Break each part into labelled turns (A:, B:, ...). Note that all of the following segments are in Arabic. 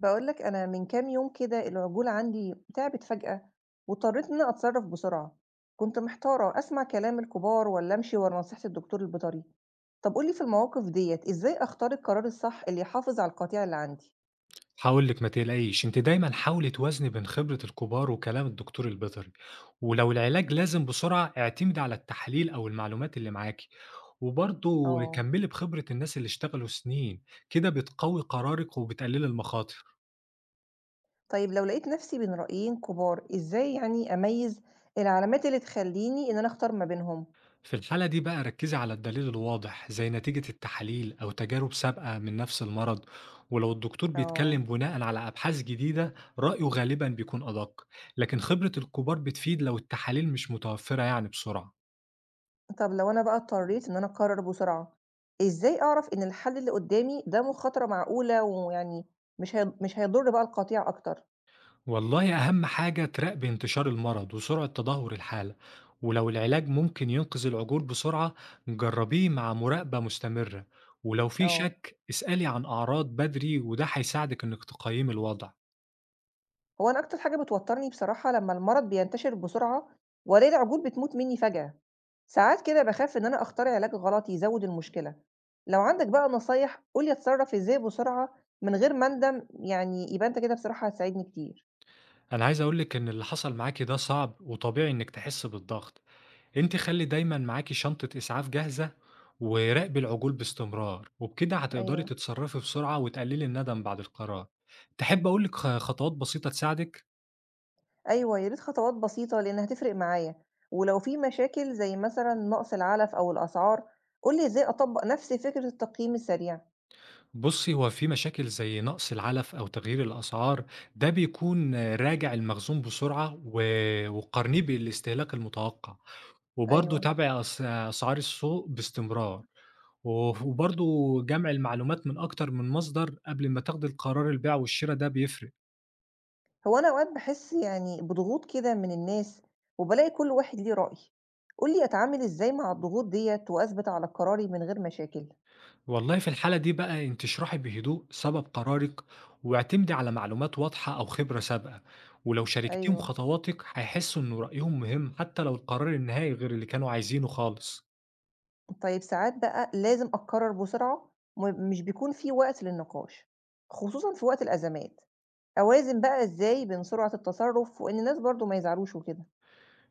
A: باقول لك، أنا من كام يوم كده العجولة عندي تعبت فجأة، واضطريت إن أنا أتصرف بسرعة. كنت محتارة أسمع كلام الكبار ولا أمشي ورا نصيحة الدكتور البيطري. طب قُل لي في المواقف ديّة إزاي أختار القرار الصح اللي يحافظ على القطيع اللي عندي؟
B: هاقول لِك ما تقلقيش، أنتِ دايمًا حاولي توازني بين خبرة الكبار وكلام الدكتور البيطري، ولو العلاج لازم بسرعة اعتمدي على التحاليل أو المعلومات اللي معاكِ، وبرضه
A: آه.
B: كمّلي بخبرة الناس اللي اشتغلوا سنين، كده بتقوي قرارِك وبتقللي المخاطر.
A: طيب لو لقيت نفسي بين رأيين كبار، إزاي يعني أميّز العلامات اللي تخلّيني إن أنا أختار ما بينهم؟
B: في الحالة دي بقى ركّزي على الدليل الواضح زي نتيجة التحاليل أو تجارب سابقة من نفس المرض، ولو الدكتور
A: آه.
B: بيتكلم بناءً على أبحاث جديدة رأيه غالبًا بيكون أدق، لكن خبرة الكبار بتفيد لو التحاليل مش متوفرة يعني بسرعة.
A: طب لو أنا بقى اضطريت إن أنا أقرر بسرعة، إزاي أعرف إن الحل اللي قدامي ده مخاطرة معقولة، ويعني مش هيضر بقى القطيع أكتر؟
B: والله أهم حاجة تراقبي انتشار المرض وسرعة تدهور الحالة، ولو العلاج ممكن ينقذ العجول بسرعة جربيه مع مراقبة مستمرة، ولو في
A: آه.
B: شك اسألي عن أعراض بدري وده هيساعدك إنك تقيمي الوضع.
A: هو أنا أكتر حاجة بتوترني بصراحة لما المرض بينتشر بسرعة وألاقي العجول بتموت مني فجأة، ساعات كده بخاف إن أنا أختار علاج غلط يزود المشكلة. لو عندك بقى نصايح قول لي أتصرف إزاي بسرعة من غير ما أندم، يعني يبقى أنت كده بصراحة هتساعدني كتير.
B: أنا عايز أقولك إن اللي حصل معاكي ده صعب وطبيعي إنك تحس بالضغط، أنت خلي دايما معاكي شنطة إسعاف جاهزة وراقبي العجول باستمرار وبكده هتقدري
A: أيوه.
B: تتصرفي بسرعة وتقللي الندم بعد القرار. تحب أقولك خطوات بسيطة تساعدك؟
A: أيوه، يا ريت خطوات بسيطة لإن هتفرق معايا. ولو في مشاكل زي مثلًا نقص العلف أو الأسعار، قُل لي إزاي أطبّق نفس فكرة التقييم السريع؟
B: بُصّي، هو في مشاكل زي نقص العَلَف أو تغيير الأسعار، ده بيكون راجع المخزون بسرعة وقارنيه بالاستهلاك المتوقع، وبرضه
A: أيوه.
B: تابع أسعار السوق باستمرار، وبرضه جمع المعلومات من أكتر من مصدر قبل ما تاخدي القرار، البيع والشرا ده بيفرق.
A: هو أنا أوقات باحس يعني بضغوط كده من الناس، وبالاقي كل واحد ليه رأي. قُل لي أتعامل إزاي مع الضغوط ديّة وأثبت على قراري من غير مشاكل؟
B: والله في الحالة دي بقى أنتِ اشرحي بهدوء سبب قرارِك، واعتمدي على معلومات واضحة أو خبرة سابقة، ولو شاركتيهم
A: أيوه.
B: خطواتِك هيحسّوا إنه رأيهم مهم حتى لو القرار النهائي غير اللي كانوا عايزينه خالص.
A: طيب ساعات بقى لازم أقرر بسرعة، مش بيكون في وقت للنقاش، خصوصًا في وقت الأزمات. أوازن بقى إزاي بين سرعة التصرف وإن الناس برضه ما يزعلوش وكده؟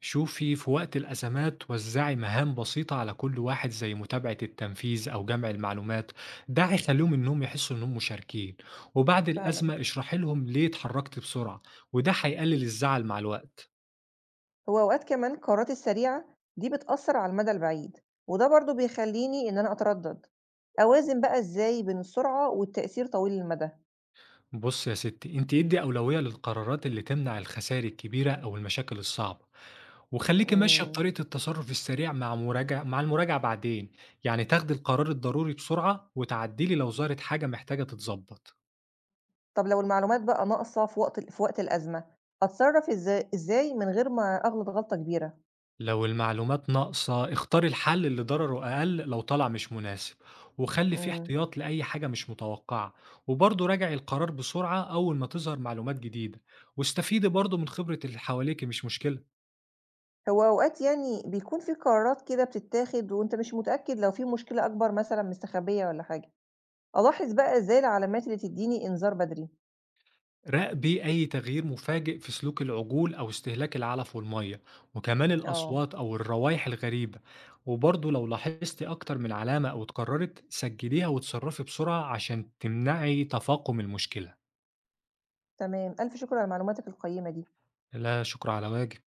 B: شوفي في وقت الأزمات وزعي مهام بسيطة على كل واحد زي متابعة التنفيذ أو جمع المعلومات، ده هيخليهم إنهم يحسوا إنهم مشاركين، وبعد
A: فعلًا.
B: الأزمة اشرحي لهم ليه اتحركت بسرعة وده هيقلل الزعل مع الوقت.
A: هو أوقات كمان القرارات السريعة دي بتأثّر على المدى البعيد، وده برضه بيخلّيني إن أنا أتردّد. أوازن بقى إزاي بين السرعة والتأثير طويل المدى؟
B: بص يا ستي، انت ادي أولوية للقرارات اللي تمنع الخسائر الكبيرة أو المشاكل الصعبة، وخليكي ماشية
A: إمم.
B: بطريقة التصرف السريع مع مراجعة مع المراجعة بعدين، يعني تاخدي القرار الضروري بسرعة وتعدلي لو ظهرت حاجة محتاجة تتظبط.
A: طب لو المعلومات بقى ناقصة في وقت الأزمة، أتصرّف إزاي من غير ما أغلط غلطة كبيرة؟
B: لو المعلومات ناقصة اختار الحل اللي ضرره أقل لو طلع مش مناسب، وخلي فيه
A: إمم.
B: احتياط لأي حاجة مش متوقعة، وبرضه راجع القرار بسرعة أول ما تظهر معلومات جديدة، واستفيدي برضه من خبرة اللي حواليك مش مشكلة.
A: هو أوقات يعني بيكون في قرارات كده بتتاخد وأنت مش متأكد، لو في مشكلة أكبر مثلًا مستخبية والّا حاجة. ألاحظ بقى إزاي العلامات اللي تدّيني إنذار بدري؟
B: راقبي أي تغيير مفاجئ في سلوك العجول أو استهلاك العلف والمية وكمان
A: آه.
B: الأصوات أو الروائح الغريبة، وبرضه لو لاحظتي أكتر من علامة أو اتكررت سجليها وتصرفي بسرعة عشان تمنعي تفاقم المشكلة.
A: تمام. ألف شكر على معلوماتك القيّمة دي.
B: لا شكر على واجب.